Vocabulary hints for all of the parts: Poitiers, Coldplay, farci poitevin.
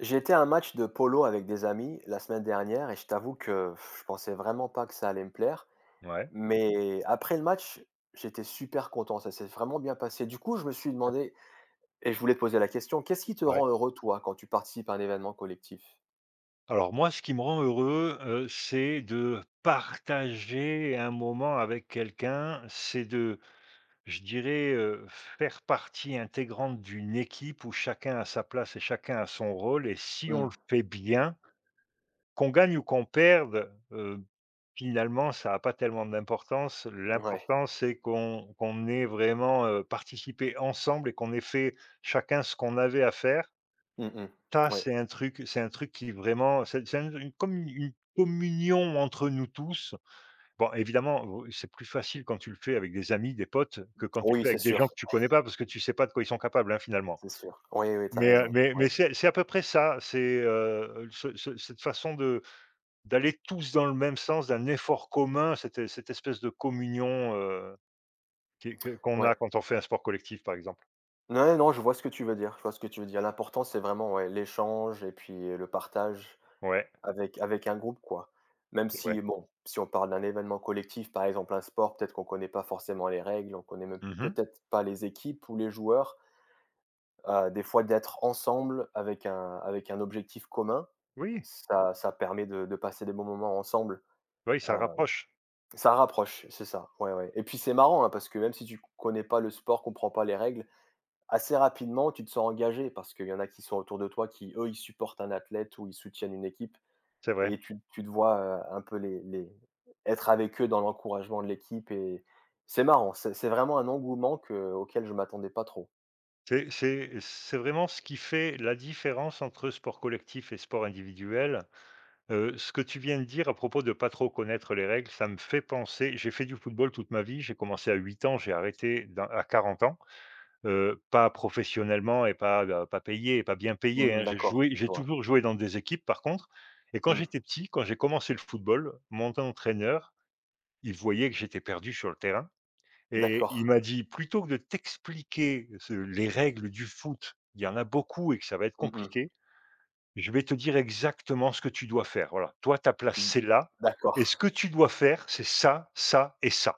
J'ai été à un match de polo avec des amis la semaine dernière et je t'avoue que je pensais vraiment pas que ça allait me plaire. Ouais, Mais après le match, j'étais super content, ça s'est vraiment bien passé. Du coup, je me suis demandé, et je voulais te poser la question, qu'est-ce qui te ouais. rend heureux, toi, quand tu participes à un événement collectif? Alors moi, ce qui me rend heureux, c'est de partager un moment avec quelqu'un. C'est de, je dirais, faire partie intégrante d'une équipe où chacun a sa place et chacun a son rôle et si on Mmh, le fait bien, qu'on gagne ou qu'on perde, finalement, ça a pas tellement d'importance. ouais. L'important, c'est qu'on ait vraiment, participé ensemble et qu'on ait fait chacun ce qu'on avait à faire. Mmh mh. Ça, Ouais. c'est un truc qui vraiment c'est un une comme une communion entre nous tous. Bon, évidemment, c'est plus facile quand tu le fais avec des amis, des potes, que quand tu le Oui, fais c'est avec des gens sûr, que tu connais pas, parce que tu sais pas de quoi ils sont capables, hein, finalement. c'est sûr. Oui, oui, t'as Mais, raison. mais Ouais, mais c'est à peu près ça, c'est, ce ce cette façon de d'aller tous dans le même sens, d'un effort commun, cette espèce de communion, qui que qu'on ouais. a quand on fait un sport collectif, par exemple. Non, non, je vois ce que tu veux dire, je vois ce que tu veux dire. L'important, c'est vraiment, ouais, l'échange et puis, le partage. Ouais, Avec un groupe, quoi. Même c'est vrai. si, bon, si on parle d'un événement collectif, par exemple un sport, peut-être qu'on ne connaît pas forcément les règles, on connaît même Mmh. peut-être pas les équipes ou les joueurs. Des fois d'être ensemble avec un objectif commun, Oui, ça permet de passer des bons moments ensemble. oui, ça Heu, rapproche, ça rapproche, c'est ça, ouais, ouais et puis c'est marrant, hein, parce que même si tu connais pas le sport, comprends pas les règles, assez rapidement tu te sens engagé parce qu'il y en a qui sont autour de toi qui, eux, ils supportent un athlète ou ils soutiennent une équipe. c'est vrai. Et tu te vois, un peu les être avec eux dans l'encouragement de l'équipe et c'est marrant, c'est vraiment un engouement que auquel je m'attendais pas trop. C'est vraiment ce qui fait la différence entre sport collectif et sport individuel. Ce que tu viens de dire à propos de pas trop connaître les règles, ça me fait penser, j'ai fait du football toute ma vie, j'ai commencé à 8 ans, j'ai arrêté dans à 40 ans, pas professionnellement et pas, pas payé et pas bien payé, hein. Mmh d'accord, je J'ai vois. toujours joué dans des équipes par contre. Et quand Mmh, j'étais petit, quand j'ai commencé le football, mon entraîneur, il voyait que j'étais perdu sur le terrain et d'accord. il m'a dit: «Plutôt que de t'expliquer ce les règles du foot, il y en a beaucoup et que ça va être Mmh mh. compliqué, je vais te dire exactement ce que tu dois faire. Voilà, toi ta place Mmh. c'est là et D'accord. ce que tu dois faire c'est ça, ça et ça»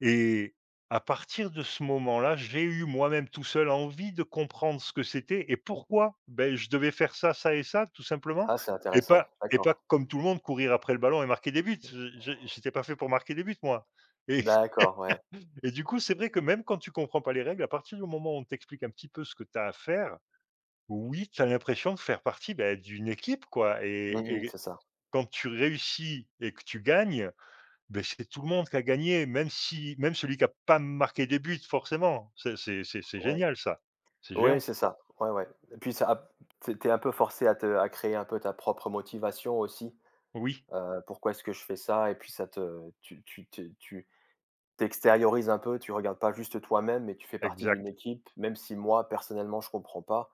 et à partir de ce moment-là, j'ai eu moi-même tout seul envie de comprendre ce que c'était et pourquoi. Ben, je devais faire ça, ça et ça tout simplement Ah, c'est et intéressant. Pas D'accord. comme tout le monde courir après le ballon et marquer des buts. Je J'étais pas fait pour marquer des buts moi. Et D'accord, ouais. Du coup, c'est vrai que même quand tu comprends pas les règles, à partir du moment où on t'explique un petit peu ce que tu as à faire, oui, tu as l'impression de faire partie, bah, d'une équipe, quoi. Et Mmh mh, c'est ça. quand tu réussis et que tu gagnes, ben c'est tout le monde qui a gagné, même si, même celui qui a pas marqué des buts forcément. C'est Ouais. génial ça. C'est Ouais, géant. c'est ça. Ouais, ouais. Et puis ça a tu un peu forcé à te à créer un peu ta propre motivation aussi. Oui, Pourquoi est-ce que je fais ça? Et puis ça te tu tu tu tu t'extériorises un peu, tu regardes pas juste toi-même, mais tu fais partie d'une exact, équipe, même si moi, personnellement, je comprends pas,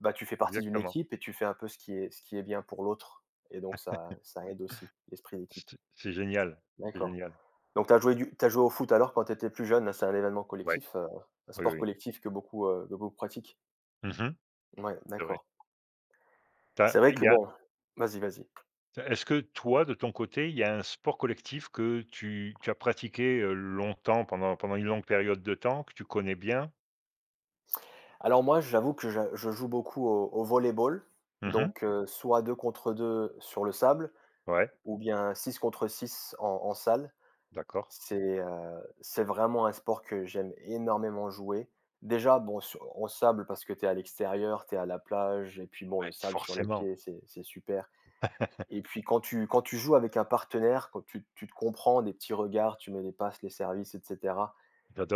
bah, tu fais partie d'une exactement. équipe et tu fais un peu ce qui est bien pour l'autre et donc ça aide aussi, l'esprit d'équipe. C'est génial, c'est D'accord. génial. Donc tu joué au foot alors quand tu étais plus jeune, là, c'est un événement Ouais, collectif, un oui, sport oui. collectif que beaucoup pratiquent? Mmh. Ouais, C'est vrai. d'accord. Tu C'est vrai il que y a bon vas-y, vas-y. Est-ce que toi, de ton côté, il y a un sport collectif que tu as pratiqué, longtemps, pendant une longue période de temps, que tu connais bien? Alors moi, j'avoue que je joue beaucoup au volley-ball, Mmh. donc soit 2 contre 2 sur le sable Ouais, ou bien 6 contre 6 en salle. d'accord. C'est vraiment un sport que j'aime énormément jouer. Déjà, bon, su en sable parce que tu es à l'extérieur, tu es à la plage et puis bon, le Ouais, sable sur les forcément. pieds, c'est super et puis quand tu joues avec un partenaire, quand tu te comprends, des petits regards, tu mets les passes, les services et cetera.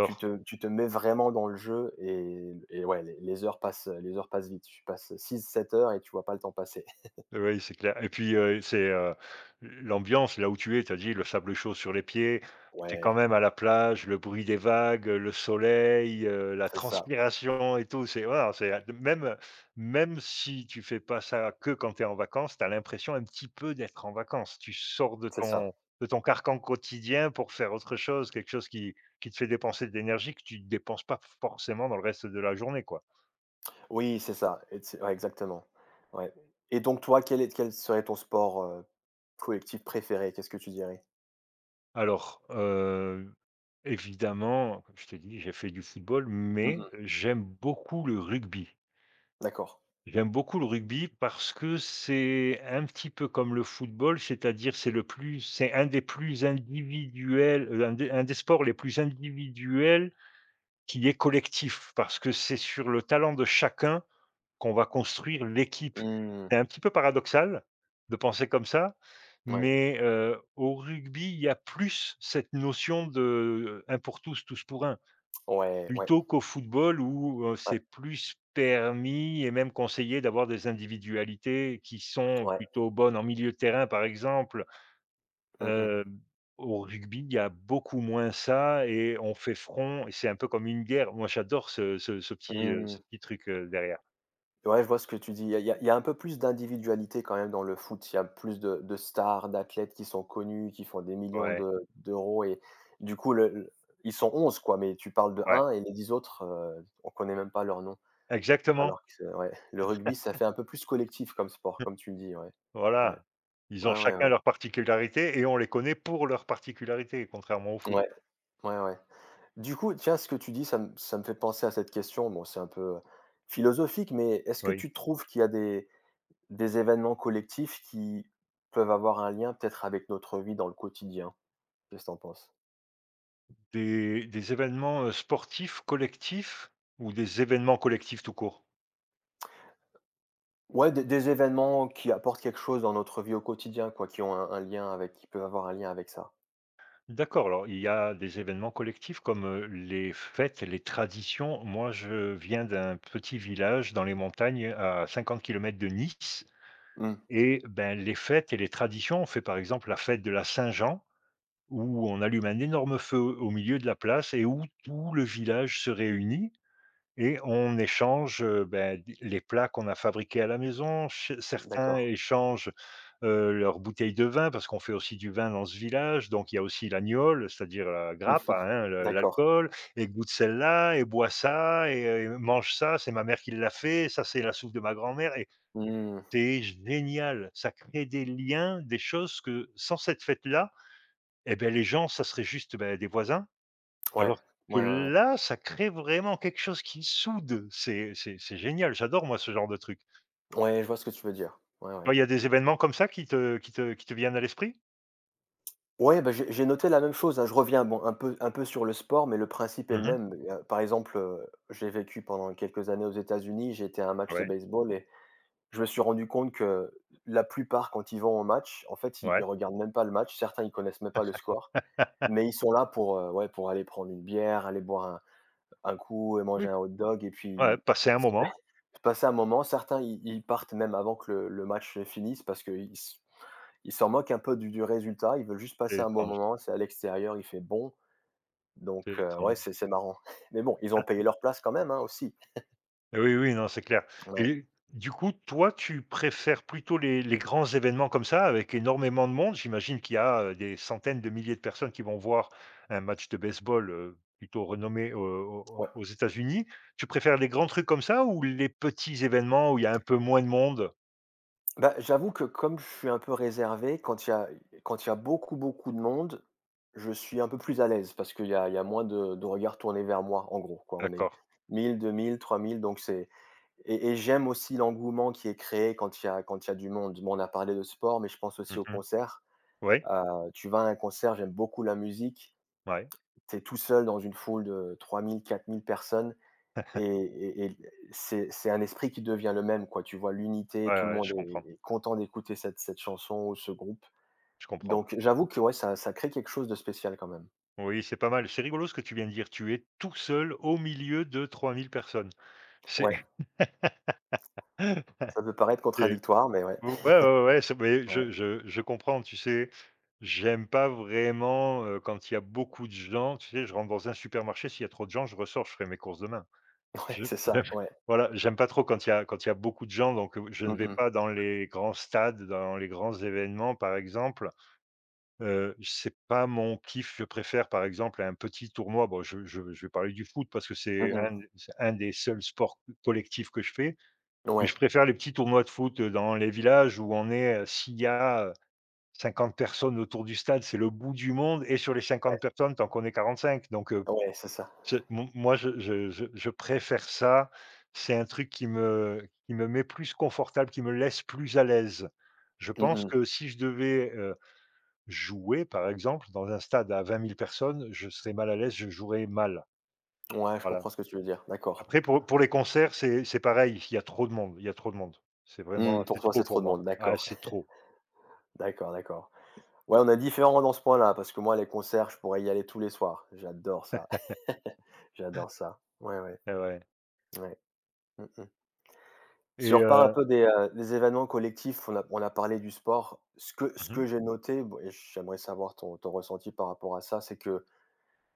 Tu te tu te mets vraiment dans le jeu et ouais, les heures passent, les heures passent vite. Tu passes 6 7 heures et tu vois pas le temps passer. Oui, c'est clair et puis, c'est, l'ambiance là où tu es, tu as dit le sable chaud sur les pieds, tu es quand Ouais, même à la plage, le bruit des vagues, le soleil, la c'est ça, transpiration et tout, c'est voilà, c'est, même si tu fais pas ça que quand tu es en vacances, tu as l'impression un petit peu d'être en vacances. Tu sors de c'est ça. ton carcan quotidien pour faire autre chose, quelque chose qui te fait dépenser de l'énergie que tu ne dépenses pas forcément dans le reste de la journée, quoi. Oui, c'est ça, et c'est ouais, exactement. Ouais et donc toi, quel serait ton sport, collectif préféré? Qu'est-ce que tu dirais? Alors, évidemment, comme je t'ai dit, j'ai fait du football, mais Mmh j'aime beaucoup le rugby. D'accord. J'aime beaucoup le rugby parce que c'est un petit peu comme le football, c'est-à-dire c'est un des plus individuels, un des sports les plus individuels qui est collectif parce que c'est sur le talent de chacun qu'on va construire l'équipe. Mmh. C'est un petit peu paradoxal de penser comme ça, Ouais. mais au rugby, il y a plus cette notion de, un pour tous, tous pour un, Ouais, ouais, plutôt qu'au football où, ouais, c'est plus permis et même conseillé d'avoir des individualités qui sont ouais. plutôt bonnes en milieu de terrain, par exemple. Mmh mh. Heu, au rugby, il y a beaucoup moins ça et on fait front et c'est un peu comme une guerre. Moi, j'adore Mmh. ce petit truc, derrière. Ouais, je vois ce que tu dis. Il y a il y a il y a un peu plus d'individualité quand même dans le foot. Il y a plus de stars, d'athlètes qui sont connus, qui font des millions Ouais, de d'euros et du coup le ils sont 11, quoi, mais tu parles de ouais. un et les 10 autres, on connaît même pas leur nom. Alors Exactement. que c'est ouais, le rugby, ça fait un peu plus collectif comme sport, comme tu le dis, ouais. Ouais. Voilà. Ils ont Ouais, ouais, chacun ouais. leurs particularités et on les connaît pour leurs particularités, contrairement au foot. Ouais, ouais, ouais. Du coup, tiens, ce que tu dis, ça me fait penser à cette question. Bon, c'est un peu, philosophique, mais est-ce que Oui. tu trouves qu'il y a des événements collectifs qui peuvent avoir un lien peut-être avec notre vie dans le quotidien? Qu'est ce que tu penses? Des événements, sportifs collectifs ou des événements collectifs tout court? Ouais, des événements qui apportent quelque chose dans notre vie au quotidien, quoi, qui ont un lien avec qui peuvent avoir un lien avec ça. D'accord, alors il y a des événements collectifs comme, les fêtes, les traditions. Moi, je viens d'un petit village dans les montagnes à 50 kilomètres de Nice Mmh. et ben, les fêtes et les traditions, on fait par exemple la fête de la Saint-Jean où on allume un énorme feu au milieu de la place et où tout le village se réunit et on échange, ben, d les plats qu'on a fabriqués à la maison. Ch Certains D'accord. échangent, leurs bouteilles de vin parce qu'on fait aussi du vin dans ce village, donc il y a aussi l'agnole, c'est-à-dire la grappe, hein, le D'accord. l'alcool et goûte celle-là et bois ça et mange ça, c'est ma mère qui l'a fait, ça c'est la soupe de ma grand-mère et Mmh. c'est génial. Ça crée des liens, des choses que sans cette fête-là et ben les gens, ça serait juste, beh, des voisins, Ouais. alors que Ouais, ouais, ouais. là, ça crée vraiment quelque chose qui soude. C'est génial, j'adore moi ce genre de truc. Ouais, je vois ce que tu veux dire. Ouais, ouais. Toi, il y a des événements comme ça qui te viennent à l'esprit? Ouais, bah, j'ai noté la même chose, hein. Je reviens, bon, un peu sur le sport, mais le principe est Mmh le mh. même. Il Par exemple, j'ai vécu pendant quelques années aux États-Unis, j'ai été à un match de Ouais, baseball et je me suis rendu compte que la plupart, quand ils vont au match, en fait, ils ouais. ils regardent même pas le match. Certains, ils connaissent même pas le score, mais ils sont là pour, ouais, pour aller prendre une bière, aller boire un coup et manger Oui, un hot dog et ouais, puis passer un moment, passer un moment. Certains, ils partent même avant que le match finisse. Parce qu'ils Ils s'en moquent un peu du résultat, ils veulent juste c'est passer un bon étrange, moment, c'est à l'extérieur, il fait bon, donc c'est ouais, étrange. c'est marrant. Mais bon, ils ont payé leur place quand même, hein, aussi. Oui, oui, non, c'est clair Ouais, et du coup, toi, tu préfères plutôt les grands événements comme ça, avec énormément de monde? J'imagine qu'il y a, des centaines de milliers de personnes qui vont voir un match de baseball, plutôt renommé, au au ouais. aux États-Unis. Tu préfères les grands trucs comme ça ou les petits événements où il y a un peu moins de monde? Bah, j'avoue que comme je suis un peu réservé, quand il y a beaucoup, beaucoup de monde, je suis un peu plus à l'aise parce qu'il y a moins de regards tournés vers moi, en gros, quoi. On est D'accord. 1 000, 2 000, 3 000, donc c'est et j'aime aussi l'engouement qui est créé quand il y a du monde. Bon, on a parlé de sport, mais je pense aussi aux Mmh. concerts. Ouais, Tu vas à un concert, j'aime beaucoup la musique. ouais. Tu es tout seul dans une foule de 3 000 4 000 personnes et c'est un esprit qui devient le même, quoi. Tu vois l'unité, Ouais, tout le ouais, monde je est comprends, est content d'écouter cette chanson ou ce groupe. je comprends. Donc j'avoue que ouais, ça crée quelque chose de spécial quand même. Oui, c'est pas mal. C'est rigolo ce que tu viens de dire. Tu es tout seul au milieu de 3 000 personnes. C'est Ouais, ça peut paraître c'est contradictoire, mais ouais. Ouais, ouais, ouais, c'est, mais Ouais, je comprends, tu sais? J'aime pas vraiment, quand il y a beaucoup de gens, tu sais? Je rentre dans un supermarché, s'il y a trop de gens, je ressors, je ferai mes courses demain. ouais, Je c'est ça, ouais. voilà, j'aime pas trop quand il y a beaucoup de gens, donc je ne Mmh vais mh. pas dans les grands stades, dans les grands événements, par exemple. C'est pas mon kiff, je préfère, par exemple, un petit tournoi. Bon, je vais parler du foot parce que c'est Mmh mh. un des seuls sports collectifs que je fais. Mais Ouais, je préfère les petits tournois de foot, dans les villages où on est, s'il y a, 50 personnes autour du stade, c'est le bout du monde et sur les ouais, 50 personnes, tu en connais 45 donc ouais, c'est ça. c'est mon moi je préfère ça. C'est un truc qui me met plus confortable, qui me laisse plus à l'aise. Je pense Mmh que si je devais, jouer, par exemple, dans un stade à 20 000 personnes, je serais mal à l'aise, je jouerais mal. mh. Ouais, je Voilà. comprends ce que tu veux dire, d'accord. Après pour les concerts, c'est pareil, il y a trop de monde, il y a trop de monde. C'est Mmh, vraiment, pour c'est toi, c'est trop trop pour de moi. monde, Ah d'accord. c'est trop, D'accord, d'accord. Ouais, on est différents dans ce point-là, parce que moi, les concerts, je pourrais y aller tous les soirs. J'adore ça. J'adore ça. Ouais, ouais, et ouais, ouais. Mmh mh. Si on et repart un heu peu des événements collectifs, on a parlé du sport. Ce que mmh, j'ai noté, bon et j'aimerais savoir ton ressenti par rapport à ça, c'est que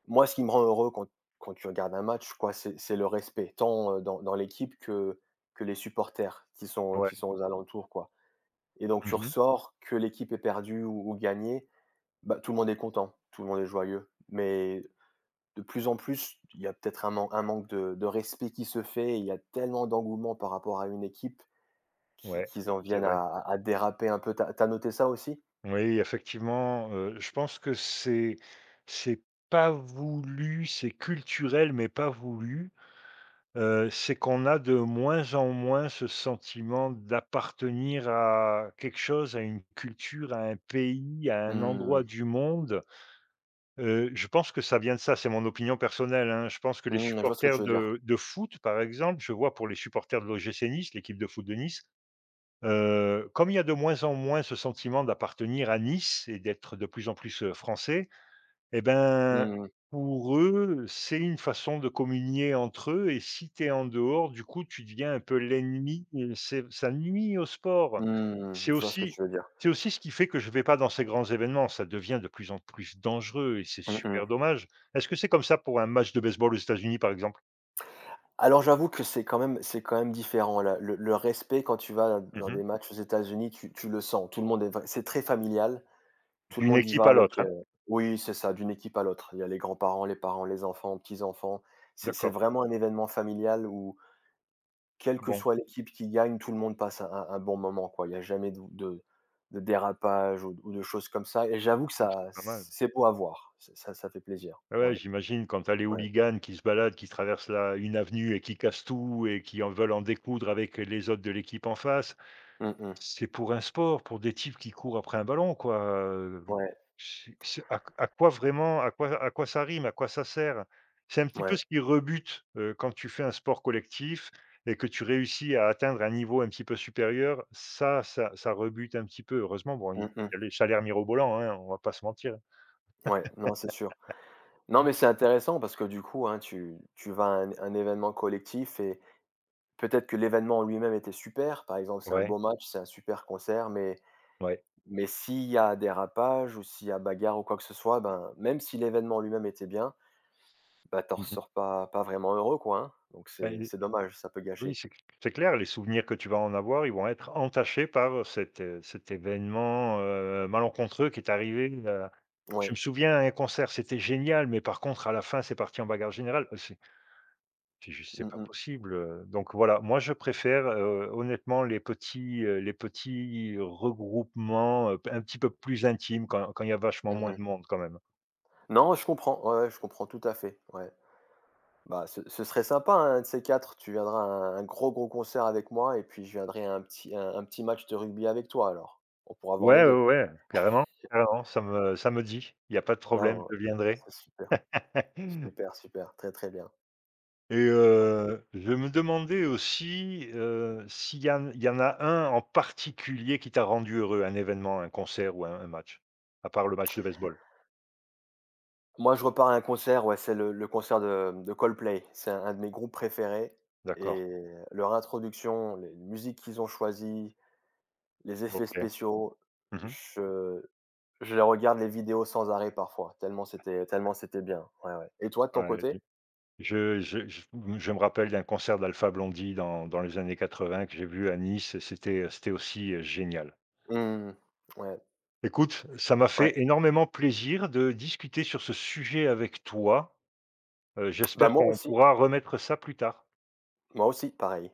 moi, ce qui me rend heureux quand tu regardes un match, quoi, c'est le respect, tant, dans l'équipe que les supporters qui sont qui ouais, sont aux alentours, quoi et donc tu mmh, ressors, que l'équipe est perdue ou gagné, bah, tout le monde est content, tout le monde est joyeux. Mais de plus en plus, il y a peut-être un manque de respect qui se fait. Il y a tellement d'engouement par rapport à une équipe ouais, qu'ils en c'est viennent vrai. à déraper un peu. T'as noté ça aussi? Oui, effectivement, je pense que c'est c'est pas voulu, c'est culturel mais pas voulu, c'est qu'on a de moins en moins ce sentiment d'appartenir à quelque chose, à une culture, à un pays, à un endroit Mmh. du monde. Je pense que ça vient de ça, c'est mon opinion personnelle, hein. Je pense que les Mmh, je vois ce que supporters tu veux dire. De foot, par exemple, je vois pour les supporters de l'OGC Nice, l'équipe de foot de Nice, comme il y a de moins en moins ce sentiment d'appartenir à Nice et d'être de plus en plus, français, et ben, Mmh. pour eux, c'est une façon de communier entre eux et si tu es en dehors, du coup, tu deviens un peu l'ennemi et c'est ça nuit au sport. Mmh. C'est Je vois ce que aussi, tu veux dire. Ce qui fait que je vais pas dans ces grands événements, ça devient de plus en plus dangereux et c'est Mmh, mmh. super dommage. Est-ce que c'est comme ça pour un match de baseball aux États-Unis, par exemple? Alors j'avoue que c'est quand même différent là. Le respect quand tu vas dans Mmh. des matchs aux États-Unis, tu le sens. Tout le monde est, c'est très familial. Tout le D'une monde y équipe va à avec. l'autre, euh, hein? oui, c'est ça, d'une équipe à l'autre. Il y a les grands-parents, les parents, les enfants, petits-enfants. C'est D'accord. vraiment un événement familial où quelle Ah que bon, soit l'équipe qui gagne, tout le monde passe un bon moment, quoi. Il n'y a jamais de dérapage ou de choses comme ça et j'avoue que donc ça c'est pas mal. c'est beau à voir. Ça fait plaisir. Ouais, ouais, Ouais, j'imagine quand tu, les ouais. hooligans qui se baladent, qui traversent la une avenue et qui cassent tout et qui en veulent en découdre avec les autres de l'équipe en face. Mmh mh. C'est pour un sport, pour des types qui courent après un ballon, quoi, Ouais, c'est à quoi vraiment, à quoi, ça rime? À quoi ça sert? C'est un petit peu ouais. ce qui rebute, quand tu fais un sport collectif et que tu réussis à atteindre un niveau un petit peu supérieur, ça rebute un petit peu. Heureusement, bon, il Mmh mh. y a les salaires mirobolants, hein, on va pas se mentir. Ouais, non, c'est sûr. Non, mais c'est intéressant parce que du coup, hein, tu vas à un événement collectif et peut-être que l'événement en lui-même était super. Par exemple, c'est un Ouais, beau match, c'est un super concert, mais ouais. S'il y a dérapage ou s'il y a bagarre ou quoi que ce soit, ben, même si l'événement en lui-même était bien. Bah, t'en Mmh. ressors pas vraiment heureux, quoi, hein, donc c'est Ben. c'est dommage, ça peut Oui, gâcher. c'est clair, les souvenirs que tu vas en avoir, ils vont être entachés par cet, cet événement, malencontreux qui est arrivé. Je Ouais. me souviens, à un concert, c'était génial, mais par contre à la fin, c'est parti en bagarre générale. C'est c'est juste c'est Mmh pas mh. possible, donc voilà, moi je préfère, honnêtement les petits regroupements, un petit peu plus intimes quand il y a vachement Mmh moins mh. de monde quand même. Non, je comprends, ouais, ouais, je comprends tout à fait, ouais. Bah, ce serait sympa, hein, un de ces 4 tu viendras à un gros, gros concert avec moi et puis je viendrai à un petit match de rugby avec toi alors. On pourra voir les Ouais, deux. ouais, ouais, carrément, carrément, ça me dit, il n'y a pas de Non, problème, ouais, je viendrai. c'est super, super, super, très, très bien. Et je me demandais aussi, s'il y en il y en a un en particulier qui t'a rendu heureux, un événement, un concert ou un match? À part le match de baseball? Moi, je repars à un concert, ouais, c'est le concert de Coldplay. C'est un de mes groupes préférés D'accord. et leur introduction, les musiques qu'ils ont choisies, les effets OK. spéciaux, Mmh. je je regarde les vidéos sans arrêt parfois, tellement c'était bien. Ouais, ouais. Et toi de ton Ouais, côté? je je je je je me rappelle d'un concert d'Alpha Blondy dans les années 80 que j'ai vu à Nice et c'était, génial. Mmh. Ouais, Écoute, ça m'a ouais. fait énormément plaisir de discuter sur ce sujet avec toi, Bah, j'espère qu'on pourra remettre ça plus tard. moi aussi, pareil.